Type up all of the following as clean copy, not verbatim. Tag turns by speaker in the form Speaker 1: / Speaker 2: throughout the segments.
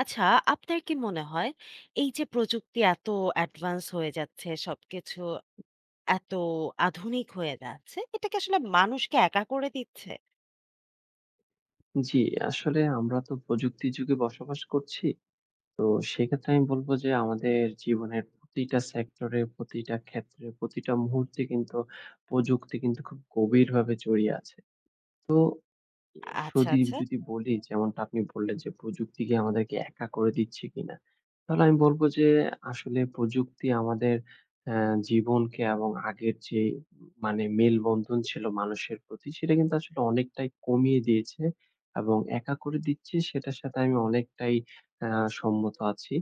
Speaker 1: আচ্ছা, আপনার কি মনে হয় এই যে প্রযুক্তি এত অ্যাডভান্স হয়ে যাচ্ছে, সবকিছু এত আধুনিক হয়ে যাচ্ছে, এটা কি আসলে মানুষকে একা করে দিচ্ছে?
Speaker 2: জি, আসলে আমরা তো প্রযুক্তির যুগে বসবাস করছি। তো সেক্ষেত্রে আমি বলব যে আমাদের জীবনের প্রতিটা সেক্টরে, প্রতিটা ক্ষেত্রে, প্রতিটা মুহূর্তে কিন্তু প্রযুক্তি কিন্তু খুব গভীরভাবে জড়িয়ে আছে। তো এ
Speaker 1: আচ্ছা,
Speaker 2: সজীব
Speaker 1: আচ্ছা
Speaker 2: যদি বলি যেমনটা আপনি বললেন যে, প্রযুক্তি কি আমাদেরকে একা করে দিচ্ছে কিনা? তাহলে আমি বলব যে, আসলে প্রযুক্তি আমাদের অ্যা জীবনকে এবং আগের যে মেলবন্ধন ছিল মানুষের প্রতি সেটা কিন্তু আসলে অনেকটাই কমিয়ে দিয়েছে এবং একা করে দিচ্ছে সেটার সাথে আমি অনেকটাই অ্যা সম্মত আছি।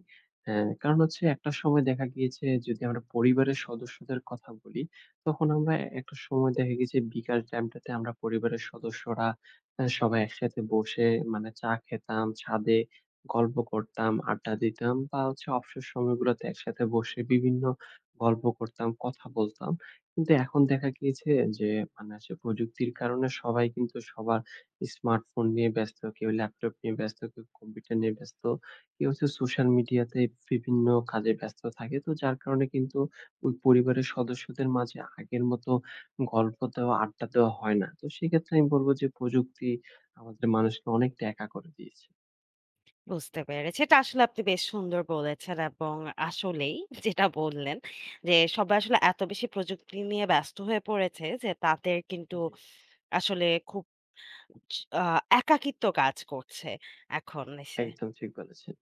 Speaker 2: অ্যা কারণ হচ্ছে একটা সময় দেখা গিয়েছে যদি আমরা পরিবারের সদস্যদের কথা বলি, তখন আমরা একটা সময় দেখা গেছে বিকাল টাইমটাতে আমরা পরিবারের সদস্যরা সবাই একসাথে বসে চা খেতাম, ছাদে গল্প করতাম, আড্ডা দিতাম বা হচ্ছে অবসর সময়গুলোতে একসাথে বসে বিভিন্ন গল্প করতাম, কথা বলতাম। কিন্তু এখন দেখা গিয়েছে যে মানে হচ্ছে প্রযুক্তির কারণে সবাই কিন্তু সবার স্মার্টফোন নিয়ে ব্যস্ত, কেউ ল্যাপটপ নিয়ে ব্যস্ত, কেউ কম্পিউটার নিয়ে ব্যস্ত, কেউ হচ্ছে সোশ্যাল মিডিয়াতে বিভিন্ন কাজে ব্যস্ত থাকে। তো যার কারণে কিন্তু ওই পরিবারের সদস্যদের মাঝে আগের মতো গল্প দেওয়া, আড্ডা দেওয়া হয় না। তো সেক্ষেত্রে আমি বলব যে প্রযুক্তি আমাদের মানুষকে অনেকটা একা করে দিয়েছে।
Speaker 1: বুঝতে পেরেছি। এটা আসলে আপনি বেশ সুন্দর বলেছেন এবং আসলেই যেটা বললেন যে সবাই আসলে এত বেশি প্রযুক্তি নিয়ে ব্যস্ত হয়ে পড়েছে যে তাদের কিন্তু
Speaker 2: জি।
Speaker 1: আসলে খুব চ আ একাকিত্ব কাজ করছে এখন এসে।
Speaker 2: একদম ঠিক বলেছেন।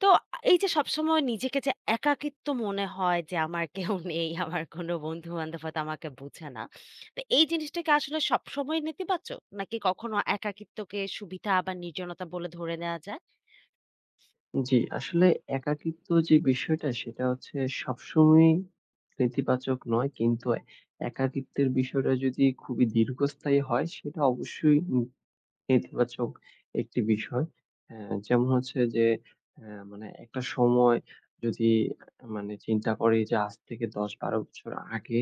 Speaker 1: তো এই যে সবসময় নিজেকে যে একাকিত্ব মনে হয় যে আমার কেউ নেই, আমার কোনো বন্ধু-বান্ধব হয়তো আমাকে বোঝে না। তো এই জিনিসটা কি আসলে সবসময় নেতিবাচক? নাকি কখনো একাকিত্বকে সুবিধা বা নির্জনতা বলে ধরে নেয়া যায়?
Speaker 2: জি, আসলে একাকিত্ব যে বিষয়টা সেটা হচ্ছে সবসময়ই নেতিবাচক নয়। কিন্তু একাকিত্বের বিষয়টা যদি খুবই দীর্ঘস্থায়ী হয় সেটা অবশ্যই ইতিবাচক একটি বিষয়। অ্যা যেমন হচ্ছে যে অ্যা মানে একটা সময় যদি মানে চিন্তা করি যে আজ থেকে ১০-১২ বছর আগে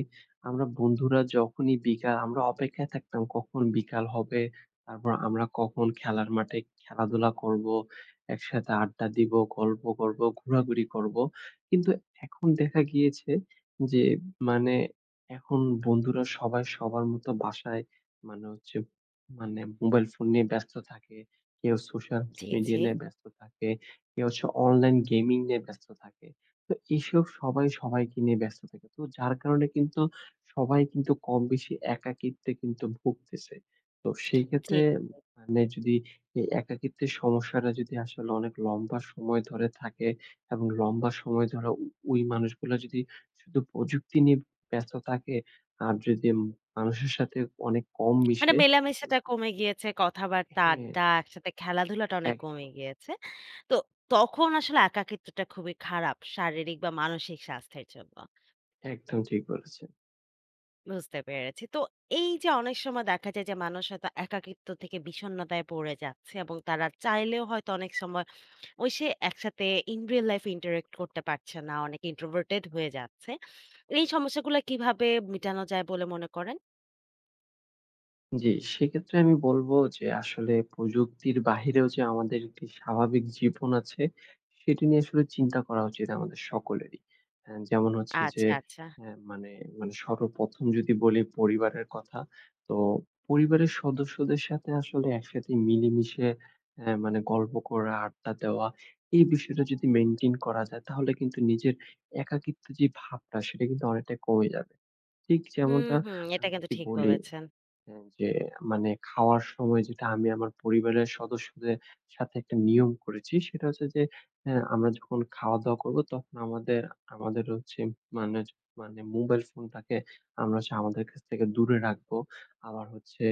Speaker 2: আমরা বন্ধুরা যখনই বিকাল আমরা অপেক্ষায় থাকতাম কখন বিকাল হবে, তারপর আমরা কখন খেলার মাঠে খেলাধুলা করব, একসাথে আড্ডা দিব, গল্প করব, ঘোরাঘুরি করব। কিন্তু এখন দেখা গিয়েছে যে মানে এখন বন্ধুরা সবাই সবার মতো বাসায় মানে হচ্ছে মানে মোবাইল ফোন নিয়ে ব্যস্ত থাকে, কেউ সোশ্যাল
Speaker 1: জি,
Speaker 2: মিডিয়া
Speaker 1: জি,
Speaker 2: নিয়ে ব্যস্ত থাকে, কেউ হচ্ছে অনলাইন গেমিং নিয়ে ব্যস্ত থাকে। তো এইসব সবাই সবাইকে নিয়ে ব্যস্ত থাকে। তো যার কারণে কিন্তু সবাই কিন্তু কম বেশি একাকিত্বে কিন্তু ভুগতেছে। তো সেই
Speaker 1: জি।
Speaker 2: ক্ষেত্রে মানে যদি এই একাকিত্বের সমস্যাটা যদি আসলে অনেক লম্বা সময় ধরে থাকে এবং লম্বা সময় ধরে ওই মানুষগুলা যদি শুধু প্রযুক্তি নিয়ে ব্যস্ত থাকে আর যদি মানুষের সাথে অনেক কম
Speaker 1: মানে
Speaker 2: মিশে
Speaker 1: মেলামেশাটা কমে গিয়েছে, কথাবার্তা,
Speaker 2: হ্যাঁ,
Speaker 1: আড্ডা, একসাথে খেলাধুলাটা অনেক কমে
Speaker 2: একদম,
Speaker 1: গিয়েছে। তো তখন আসলে একাকিত্বটা খুবই খারাপ শারীরিক বা মানসিক স্বাস্থ্যের জন্য।
Speaker 2: একদম ঠিক বলেছেন।
Speaker 1: বুঝতে পেরেছি। তো এই যে অনেক সময় দেখা যায় যে মানুষ হয়তো একাকিত্ব থেকে বিষণ্ণতায় পড়ে যাচ্ছে এবং তারা চাইলেও হয়তো অনেক সময় ওই সে একসাথে in real life interact করতে পারছে না। অনেকে introverted হয়ে যাচ্ছে। এই সমস্যাগুলো কিভাবে মিটানো যায় বলে মনে করেন?
Speaker 2: জি, সেক্ষেত্রে আমি বলব যে আসলে প্রযুক্তির বাহিরেও যে আমাদের একটি স্বাভাবিক জীবন আছে, সেটি নিয়ে আসলে চিন্তা করা উচিত আমাদের সকলেরই। যেমন হচ্ছে যে
Speaker 1: আচ্ছা।
Speaker 2: অ্যা মানে মানে সর্বপ্রথম যদি বলি পরিবারের কথা, তো পরিবারের সদস্যদের সাথে আসলে একসাথে মিলেমিশে অ্যা মানে গল্প করা, আড্ডা দেওয়া, এই বিষয়টা যদি মেইনটেইন করা যায় তাহলে কিন্তু নিজের একাকিত্ব যে ভাবটা সেটা কিন্তু অনেকটাই কমে যাবে। ঠিক
Speaker 1: হুম,
Speaker 2: যেমনটা
Speaker 1: হুম। এটা
Speaker 2: আমি
Speaker 1: কিন্তু
Speaker 2: যদি
Speaker 1: ঠিক
Speaker 2: বলি
Speaker 1: বলেছেন।
Speaker 2: হ্যাঁ, যে খাওয়ার সময় যেটা আমি আমার পরিবারের সদস্যদের সাথে একটা নিয়ম করেছি সেটা হচ্ছে যে, হ্যাঁ, আমরা যখন খাওয়া-দাওয়া করব তখন আমাদের আমাদের হচ্ছে মানে মানে মোবাইল ফোনটাকে আমরা হচ্ছে আমাদের কাছ থেকে দূরে রাখবো। আবার হচ্ছে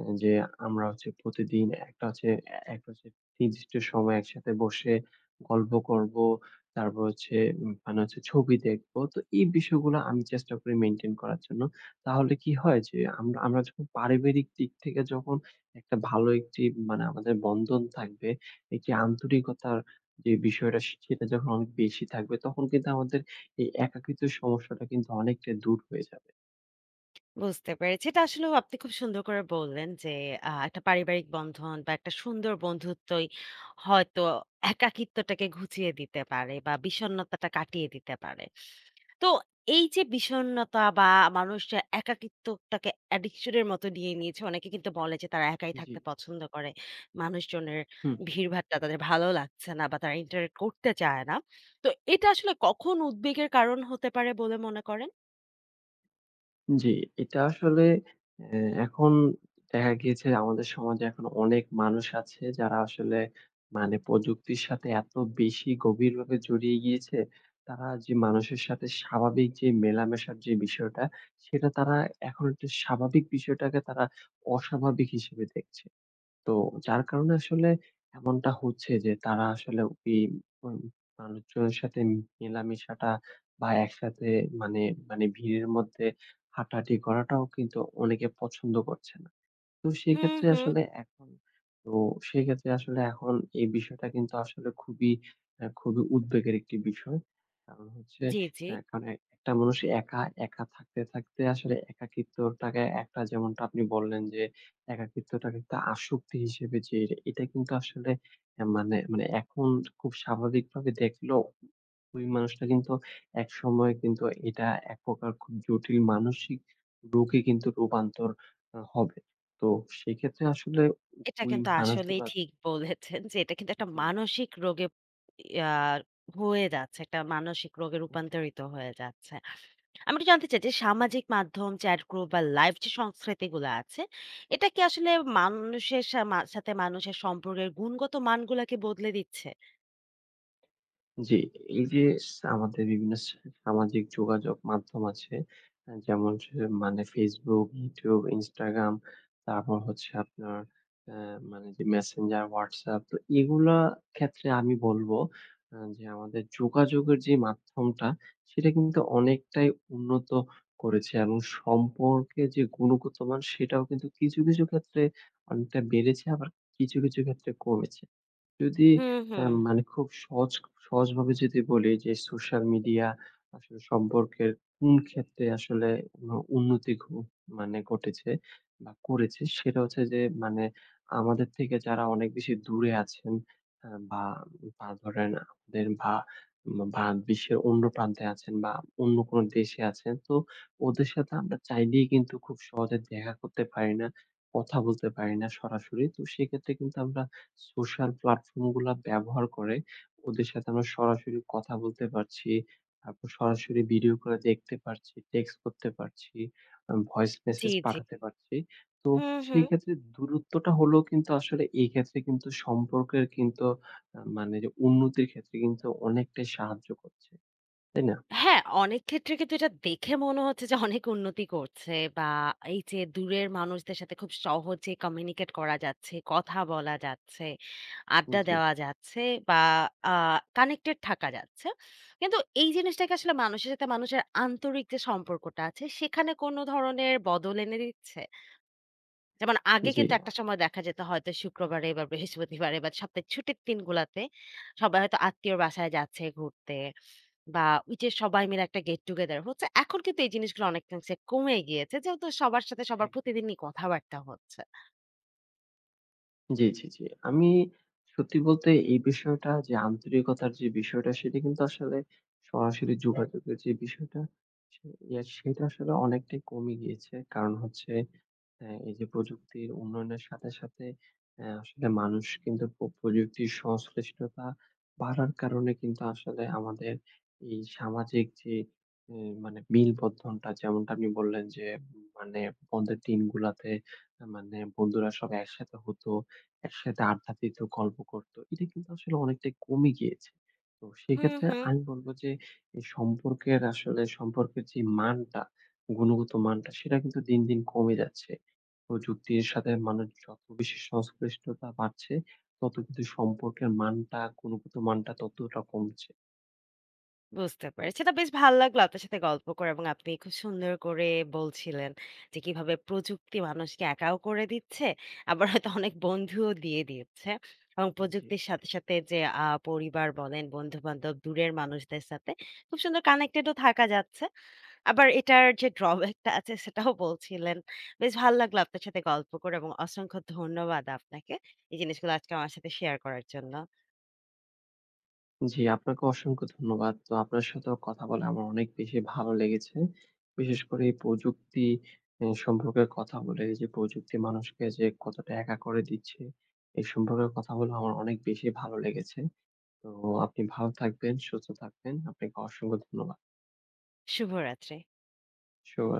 Speaker 2: এ যে আমরা হচ্ছে প্রতিদিন একটা হচ্ছে নির্দিষ্ট সময় একসাথে বসে গল্প করব। তারপর হচ্ছে উম মানে হচ্ছে ছবি দেখব। তো এই বিষয়গুলো আমি চেষ্টা করি মেইনটেইন করার জন্য। তাহলে কি হয় যে আমরা আমরা যখন পারিবারিক দিক থেকে যখন একটা ভালো একটি মানে আমাদের বন্ধন থাকবে, একটি আন্তরিকতার যে বিষয়টা সেটা যখন অনেক বেশি থাকবে তখন কিন্তু আমাদের এই একাকিত্ব সমস্যাটা কিন্তু অনেকটা দূর হয়ে যাবে।
Speaker 1: বুঝতে পেরেছি। এটা আসলেও আপনি খুব সুন্দর করে বললেন যে, একটা পারিবারিক বন্ধন বা একটা সুন্দর বন্ধুত্বই হয়তো একাকিত্বটাকে ঘুচিয়ে দিতে পারে বা বিষণ্ণতাটা কাটিয়ে দিতে পারে। তো এই যে বিষণ্ণতা বা মানুষ যে একাকিত্বটাকে অ্যাডিকশন এর মতো নিয়ে নিয়েছে, অনেকে কিন্তু বলে যে তারা একাই
Speaker 2: জি।
Speaker 1: থাকতে পছন্দ করে। মানুষজনের
Speaker 2: হুম।
Speaker 1: ভিড়ভাট্টা তাদের ভালো লাগছে না বা তারা ইন্টারেক্ট করতে চায় না। তো এটা আসলে কখন উদ্বেগের কারণ হতে পারে বলে মনে করেন?
Speaker 2: জি, এটা আসলে অ্যা এখন দেখা গিয়েছে আমাদের সমাজে এখন অনেক মানুষ আছে যারা আসলে প্রযুক্তির সাথে এত বেশি গভীরভাবে জড়িয়ে গিয়েছে, তারা যে মানুষের সাথে স্বাভাবিক যে মেলামেশার যে বিষয়টা, সেটা তারা এখন একটা স্বাভাবিক বিষয়টাকে তারা অস্বাভাবিক হিসেবে দেখছে। তো যার কারণে আসলে এমনটা হচ্ছে যে তারা আসলে ওই উম মানুষজনের সাথে মেলামেশাটা বা একসাথে মানে মানে ভিড়ের মধ্যে হাঁটাহাঁটি করাটাও কিন্তু অনেকে পছন্দ করছে না। তো
Speaker 1: হুম,
Speaker 2: সেক্ষেত্রে
Speaker 1: হুম।
Speaker 2: আসলে এখন তো সেক্ষেত্রে আসলে এখন এই বিষয়টা কিন্তু আসলে খুবই খুবই উদ্বেগের একটি বিষয়। কারণ হচ্ছে
Speaker 1: জি, জি।
Speaker 2: অ্যা কারণ একটা মানুষ একা, একা থাকতে, থাকতে আসলে একাকিত্বটাকে একটা যেমনটা আপনি বললেন যে একাকিত্বটাকে একটা আসক্তি হিসেবে যে এটা এটা কিন্তু আসলে অ্যা মানে মানে এখন খুব স্বাভাবিকভাবে দেখলেও ওই মানুষটা কিন্তু একসময় কিন্তু এটা এক প্রকার খুব জটিল মানসিক রোগে কিন্তু রূপান্তর হবে। তো সেক্ষেত্রে আসলে
Speaker 1: এটা
Speaker 2: ওই
Speaker 1: কিন্তু আসলেই
Speaker 2: মানুষগুলা
Speaker 1: ঠিক বলেছেন যে এটা কিন্তু একটা
Speaker 2: জি,
Speaker 1: মানসিক রোগে ইয়া হয়ে যাচ্ছে। একটা মানসিক রোগে
Speaker 2: জি।
Speaker 1: রূপান্তরিত হয়ে যাচ্ছে। আমি একটু জানতে চাই যে সামাজিক মাধ্যম, চ্যাট গ্রুপ বা লাইভ যে সংস্কৃতিগুলো আছে, এটা কি আসলে মানুষের সা মা সাথে মানুষের সম্পর্কের গুণগত মানগুলাকে বদলে দিচ্ছে?
Speaker 2: জি, এই যে আমাদের বিভিন্ন সামাজিক যোগাযোগ মাধ্যম আছে। যেমন হচ্ছে Facebook, YouTube, Instagram, তারপর হচ্ছে আপনার আ মানে যে Messenger, WhatsApp তো এগুলা ক্ষেত্রে আমি বলব যে আমাদের যোগাযোগের যে মাধ্যমটা সেটা কিন্তু অনেকটাই উন্নত করেছে এবং সম্পর্কে যে গুণগত মান সেটাও কিন্তু কিছু, কিছু ক্ষেত্রে অনেকটা বেড়েছে আবার কিছু, কিছু ক্ষেত্রে কমেছে। যদি
Speaker 1: হুম,
Speaker 2: আ
Speaker 1: হুম।
Speaker 2: মানে খুব সহজভাবে যদি বলি যে সোশ্যাল মিডিয়া আসলে সম্পর্কের কোন ক্ষেত্রে আসলে ন উন্নতি ঘ মানে ঘটেছে বা করেছে সেটা হচ্ছে যে আমাদের থেকে যারা অনেক বেশি দূরে আছেন আ বা বা ধরেন আমাদের বা বা বিশ্বের অন্য প্রান্তে আছেন বা অন্য কোন দেশে আছেন। তো ওদের সাথে আমরা চাইলেই কিন্তু খুব সহজে দেখা করতে পারি না, কথা বলতে পারি না সরাসরি। তো সেক্ষেত্রে কিন্তু আমরা সোশ্যাল প্ল্যাটফর্ম গুলা ব্যবহার করে ওদের সাথে আমরা সরাসরি কথা বলতে পারছি। তারপর সরাসরি ভিডিও করে দেখতে পারছি, টেক্সট করতে পারছি, ভয়েস
Speaker 1: জি,
Speaker 2: মেসেজ
Speaker 1: জি।
Speaker 2: পাঠাতে পারছি। তো
Speaker 1: হুম,
Speaker 2: সেই
Speaker 1: হুম।
Speaker 2: ক্ষেত্রে দূরত্বটা হলেও কিন্তু আসলে এই ক্ষেত্রে কিন্তু সম্পর্কের কিন্তু আ মানে যে উন্নতির ক্ষেত্রে কিন্তু অনেকটাই সাহায্য করছে। তাই না?
Speaker 1: হ্যাঁ, অনেক ক্ষেত্রে কিন্তু এটা দেখে মনে হচ্ছে যে অনেক উন্নতি করছে বা এই যে দূরের মানুষদের সাথে খুব সহজে কমিউনিকেট করা যাচ্ছে, কথা বলা যাচ্ছে, আড্ডা
Speaker 2: জি,
Speaker 1: দেওয়া যাচ্ছে বা আ কানেক্টেড থাকা যাচ্ছে। কিন্তু এই জিনিসটাকে আসলে মানুষের সাথে মানুষের আন্তরিক যে সম্পর্কটা আছে সেখানে কোনো ধরনের বদল এনে দিচ্ছে? যেমন আগে
Speaker 2: জি,
Speaker 1: কিন্তু একটা সময় দেখা যেত হয়তো শুক্রবারে বা বৃহস্পতিবারে বা সপ্তাহের ছুটির দিনগুলাতে সবাই হয়তো আত্মীয়র বাসায় যাচ্ছে ঘুরতে। বা ওই যে সবাই মিলে একটা গেট টুগেদার হচ্ছে। এখন কিন্তু এই জিনিসগুলো অনেকাংশে কমে গিয়েছে। যেহেতু সবার সাথে সবার
Speaker 2: একদম।
Speaker 1: প্রতিদিনই কথাবার্তা হচ্ছে।
Speaker 2: জি, জি, জি। আমি সত্যি বলতে এই বিষয়টা যে আন্তরিকতার যে বিষয়টা সেটা কিন্তু আসলে সরাসরি যোগাযোগের যে বিষয়টা সে ইয়া সেটা আসলে অনেকটাই কমে গিয়েছে। কারণ হচ্ছে হ্যাঁ, এই যে প্রযুক্তির উন্নয়নের সাথে, সাথে আসলে মানুষ কিন্তু প্রযুক্তির সংশ্লিষ্টতা বাড়ার কারণে কিন্তু আসলে আমাদের এই সামাজিক যে এ মানে মেলবন্ধনটা যেমনটা আপনি বললেন যে উম, মানে বন্ধের দিনগুলাতে আ মানে বন্ধুরা সব একসাথে হতো, একসাথে আড্ডা দিত, গল্প করত। এটা কিন্তু আসলে অনেকটাই কমে গিয়েছে। তো
Speaker 1: হুম,
Speaker 2: সেক্ষেত্রে
Speaker 1: হুম।
Speaker 2: আমি বলব যে এই সম্পর্কের আসলে সম্পর্কের যে মানটা, গুণগত মানটা সেটা কিন্তু দিন, দিন কমে যাচ্ছে। প্রযুক্তির সাথে মানুষ যত বেশি সংশ্লিষ্টতা বাড়ছে, তত কিন্তু সম্পর্কের মানটা, গুণগত মানটা ততটা কমছে।
Speaker 1: বুঝতে পেরেছি। এটা বেশ ভাল লাগলো আপনার সাথে গল্প করে এবং আপনি খুব সুন্দর করে বলছিলেন যে কিভাবে প্রযুক্তি মানুষকে একাও করে দিচ্ছে, আবার হয়তো অনেক বন্ধুও দিয়ে দিচ্ছে। এবং
Speaker 2: জি।
Speaker 1: প্রযুক্তির সাথে, সাথে যে পরিবার বলেন, বন্ধু-বান্ধব, দূরের মানুষদের সাথে খুব সুন্দর কানেক্টেড ও থাকা যাচ্ছে। আবার এটার যে ড্রব্যাকটা আছে সেটাও বলছিলেন। বেশ ভাল লাগলো আপনার সাথে গল্প করে এবং অসংখ্য ধন্যবাদ আপনাকে। এই জিনিসগুলো আজকে আমার সাথে শেয়ার করার জন্য।
Speaker 2: জি, আপনাকে অসংখ্য ধন্যবাদ। তো আপনার সাথেও কথা বলে আমার অনেক বেশি ভালো লেগেছে। বিশেষ করে এই প্রযুক্তি সম্পর্কে কথা বলে যে প্রযুক্তি মানুষকে যে কতটা একা করে দিচ্ছে, সম্পর্কে কথা বলে আমার অনেক বেশি ভালো লেগেছে। তো আপনি ভালো থাকবেন, সুস্থ থাকবেন। আপনাকে অসংখ্য ধন্যবাদ।
Speaker 1: শুভরাত্রি।
Speaker 2: শুভ